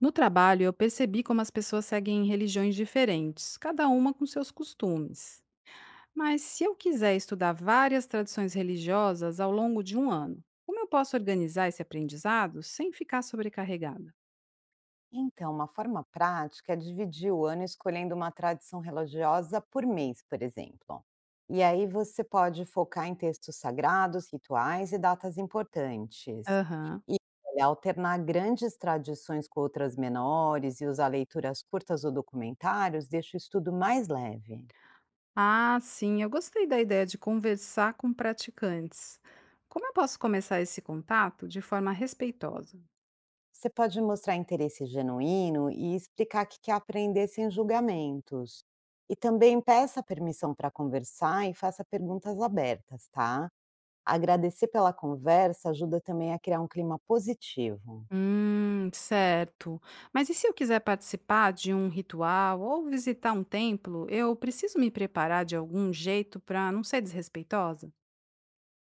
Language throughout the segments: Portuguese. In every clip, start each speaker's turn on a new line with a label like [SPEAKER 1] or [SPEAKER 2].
[SPEAKER 1] No trabalho, eu percebi como as pessoas seguem religiões diferentes, cada uma com seus costumes. Mas se eu quiser estudar várias tradições religiosas ao longo de um ano, como eu posso organizar esse aprendizado sem ficar sobrecarregada?
[SPEAKER 2] Então, uma forma prática é dividir o ano escolhendo uma tradição religiosa por mês, por exemplo. E aí você pode focar em textos sagrados, rituais e datas importantes.
[SPEAKER 1] Aham.
[SPEAKER 2] E olha, alternar grandes tradições com outras menores e usar leituras curtas ou documentários deixa o estudo mais leve.
[SPEAKER 1] Ah, sim, eu gostei da ideia de conversar com praticantes. Como eu posso começar esse contato de forma respeitosa?
[SPEAKER 2] Você pode mostrar interesse genuíno e explicar que quer aprender sem julgamentos. E também peça permissão para conversar e faça perguntas abertas, tá? Agradecer pela conversa ajuda também a criar um clima positivo.
[SPEAKER 1] Certo. Mas e se eu quiser participar de um ritual ou visitar um templo, eu preciso me preparar de algum jeito para não ser desrespeitosa?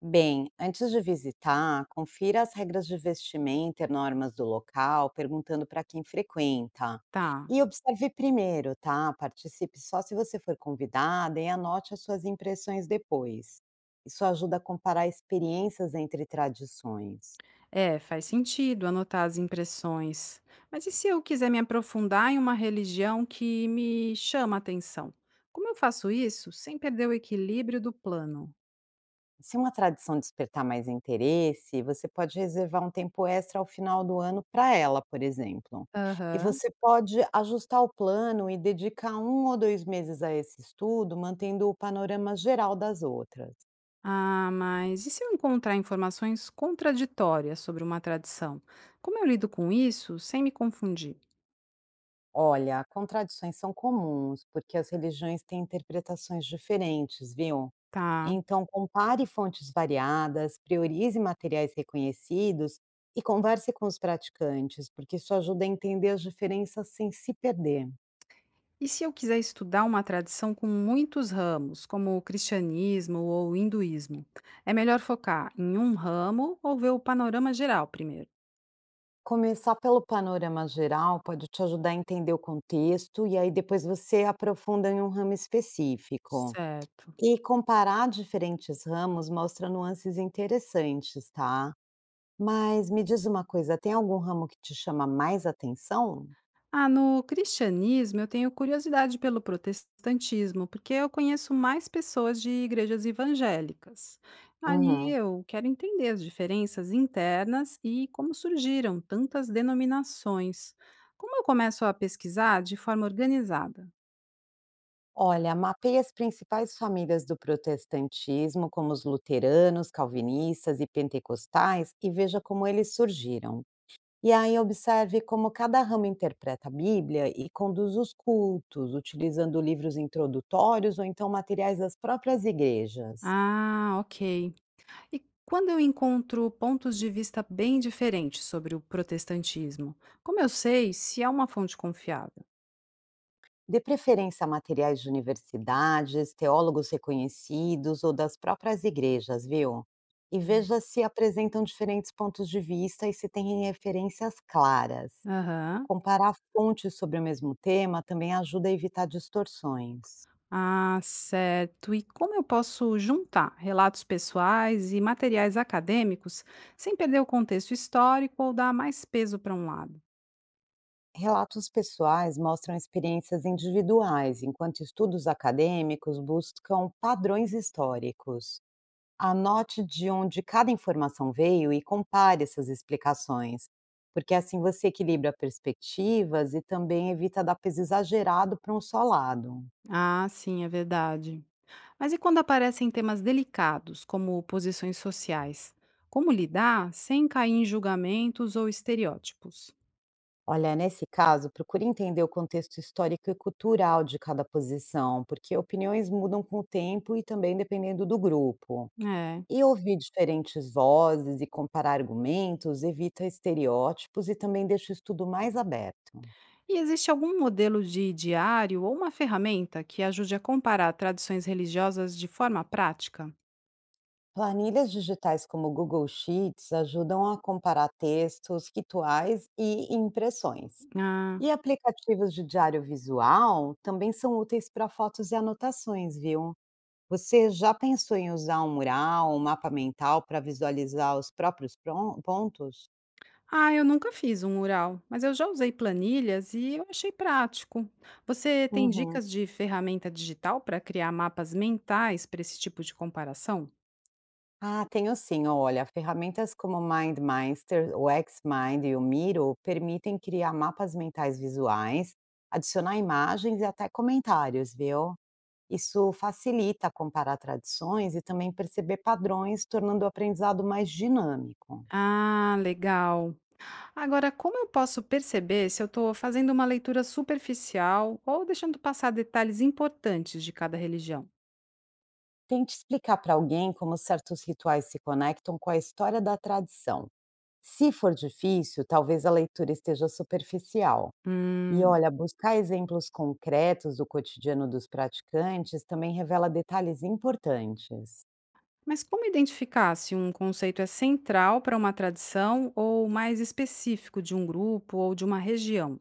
[SPEAKER 2] Bem, antes de visitar, confira as regras de vestimenta e normas do local, perguntando para quem frequenta.
[SPEAKER 1] Tá.
[SPEAKER 2] E observe primeiro, tá? Participe só se você for convidada e anote as suas impressões depois. Isso ajuda a comparar experiências entre tradições.
[SPEAKER 1] É, faz sentido anotar as impressões. Mas e se eu quiser me aprofundar em uma religião que me chama a atenção? Como eu faço isso sem perder o equilíbrio do plano?
[SPEAKER 2] Se é uma tradição despertar mais interesse, você pode reservar um tempo extra ao final do ano para ela, por exemplo. E
[SPEAKER 1] Aham.
[SPEAKER 2] você pode ajustar o plano e dedicar um ou dois meses a esse estudo, mantendo o panorama geral das outras.
[SPEAKER 1] Ah, mas e se eu encontrar informações contraditórias sobre uma tradição? Como eu lido com isso sem me confundir?
[SPEAKER 2] Olha, contradições são comuns, porque as religiões têm interpretações diferentes, viu?
[SPEAKER 1] Tá.
[SPEAKER 2] Então, compare fontes variadas, priorize materiais reconhecidos e converse com os praticantes, porque isso ajuda a entender as diferenças sem se perder.
[SPEAKER 1] E se eu quiser estudar uma tradição com muitos ramos, como o cristianismo ou o hinduísmo, é melhor focar em um ramo ou ver o panorama geral primeiro?
[SPEAKER 2] Começar pelo panorama geral pode te ajudar a entender o contexto e aí depois você aprofunda em um ramo específico.
[SPEAKER 1] Certo.
[SPEAKER 2] E comparar diferentes ramos mostra nuances interessantes, tá? Mas me diz uma coisa, tem algum ramo que te chama mais atenção?
[SPEAKER 1] Ah, no cristianismo eu tenho curiosidade pelo protestantismo, porque eu conheço mais pessoas de igrejas evangélicas. Aí
[SPEAKER 2] Uhum.
[SPEAKER 1] eu quero entender as diferenças internas e como surgiram tantas denominações. Como eu começo a pesquisar de forma organizada?
[SPEAKER 2] Olha, mapeia as principais famílias do protestantismo, como os luteranos, calvinistas e pentecostais, e veja como eles surgiram. E aí observe como cada ramo interpreta a Bíblia e conduz os cultos, utilizando livros introdutórios ou então materiais das próprias igrejas.
[SPEAKER 1] Ah, ok. E quando eu encontro pontos de vista bem diferentes sobre o protestantismo, como eu sei se é uma fonte confiável?
[SPEAKER 2] Dê preferência a materiais de universidades, teólogos reconhecidos ou das próprias igrejas, viu? E
[SPEAKER 1] Hum.
[SPEAKER 2] veja se apresentam diferentes pontos de vista e se têm referências claras.
[SPEAKER 1] Aham.
[SPEAKER 2] Comparar fontes sobre o mesmo tema também ajuda a evitar distorções.
[SPEAKER 1] Ah, certo. E como eu posso juntar relatos pessoais e materiais acadêmicos sem perder o contexto histórico ou dar mais peso para um lado?
[SPEAKER 2] Relatos pessoais mostram experiências individuais, enquanto estudos acadêmicos buscam padrões históricos. Anote de onde cada informação veio e compare essas explicações, porque assim você equilibra perspectivas e também evita dar peso exagerado para um só lado.
[SPEAKER 1] Ah, sim, é verdade. Mas e quando aparecem temas delicados, como posições sociais? Como lidar sem cair em julgamentos ou estereótipos?
[SPEAKER 2] Olha, nesse caso, procure entender o contexto histórico e cultural de cada posição, porque opiniões mudam com o tempo e também dependendo do grupo.
[SPEAKER 1] É.
[SPEAKER 2] E ouvir diferentes vozes e comparar argumentos evita estereótipos e também deixa o estudo mais aberto.
[SPEAKER 1] E existe algum modelo de diário ou uma ferramenta que ajude a comparar tradições religiosas de forma prática?
[SPEAKER 2] Planilhas digitais como o Google Sheets ajudam a comparar textos, rituais e impressões.
[SPEAKER 1] Ah,
[SPEAKER 2] E aplicativos de diário visual também são úteis para fotos e anotações, viu? Você já pensou em usar um mural, um mapa mental para visualizar os próprios pontos?
[SPEAKER 1] ah, eu nunca fiz um mural, mas eu já usei planilhas e eu achei prático. Você tem
[SPEAKER 2] Uhum.
[SPEAKER 1] dicas de ferramenta digital para criar mapas mentais para esse tipo de comparação?
[SPEAKER 2] Ah, tenho sim. Olha, ferramentas como MindMeister, o XMind e o Miro permitem criar mapas mentais visuais, adicionar imagens e até comentários, viu? Isso facilita comparar tradições e também perceber padrões, tornando o aprendizado mais dinâmico.
[SPEAKER 1] Ah, legal. Agora, como eu posso perceber se eu estou fazendo uma leitura superficial ou deixando passar detalhes importantes de cada religião?
[SPEAKER 2] Tente explicar para alguém como certos rituais se conectam com a história da tradição. Se for difícil, talvez a leitura esteja superficial. E
[SPEAKER 1] Hum.
[SPEAKER 2] olha, buscar exemplos concretos do cotidiano dos praticantes também revela detalhes importantes.
[SPEAKER 1] Mas como identificar se um conceito é central para uma tradição ou mais específico de um grupo ou de uma região?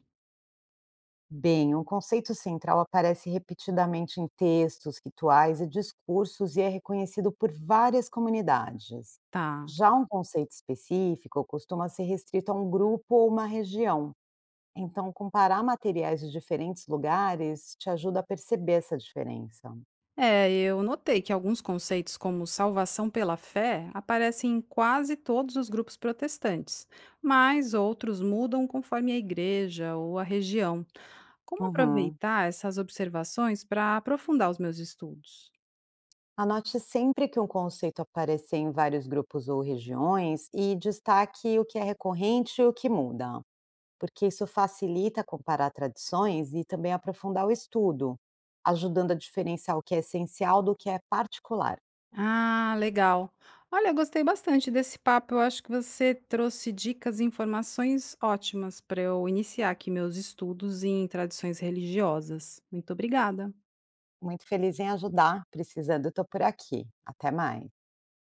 [SPEAKER 2] Bem, um conceito central aparece repetidamente em textos, rituais e discursos e é reconhecido por várias comunidades.
[SPEAKER 1] Tá.
[SPEAKER 2] Já um conceito específico costuma ser restrito a um grupo ou uma região. Então, comparar materiais de diferentes lugares te ajuda a perceber essa diferença.
[SPEAKER 1] É, eu notei que alguns conceitos, como salvação pela fé, aparecem em quase todos os grupos protestantes, mas outros mudam conforme a igreja ou a região. Como
[SPEAKER 2] Uhum.
[SPEAKER 1] aproveitar essas observações para aprofundar os meus estudos?
[SPEAKER 2] Anote sempre que um conceito aparecer em vários grupos ou regiões e destaque o que é recorrente e o que muda, porque isso facilita comparar tradições e também aprofundar o estudo, ajudando a diferenciar o que é essencial do que é particular.
[SPEAKER 1] Ah, legal. Olha, eu gostei bastante desse papo. Eu acho que você trouxe dicas e informações ótimas para eu iniciar aqui meus estudos em tradições religiosas. Muito obrigada.
[SPEAKER 2] Muito feliz em ajudar, precisando, estou por aqui. Até mais.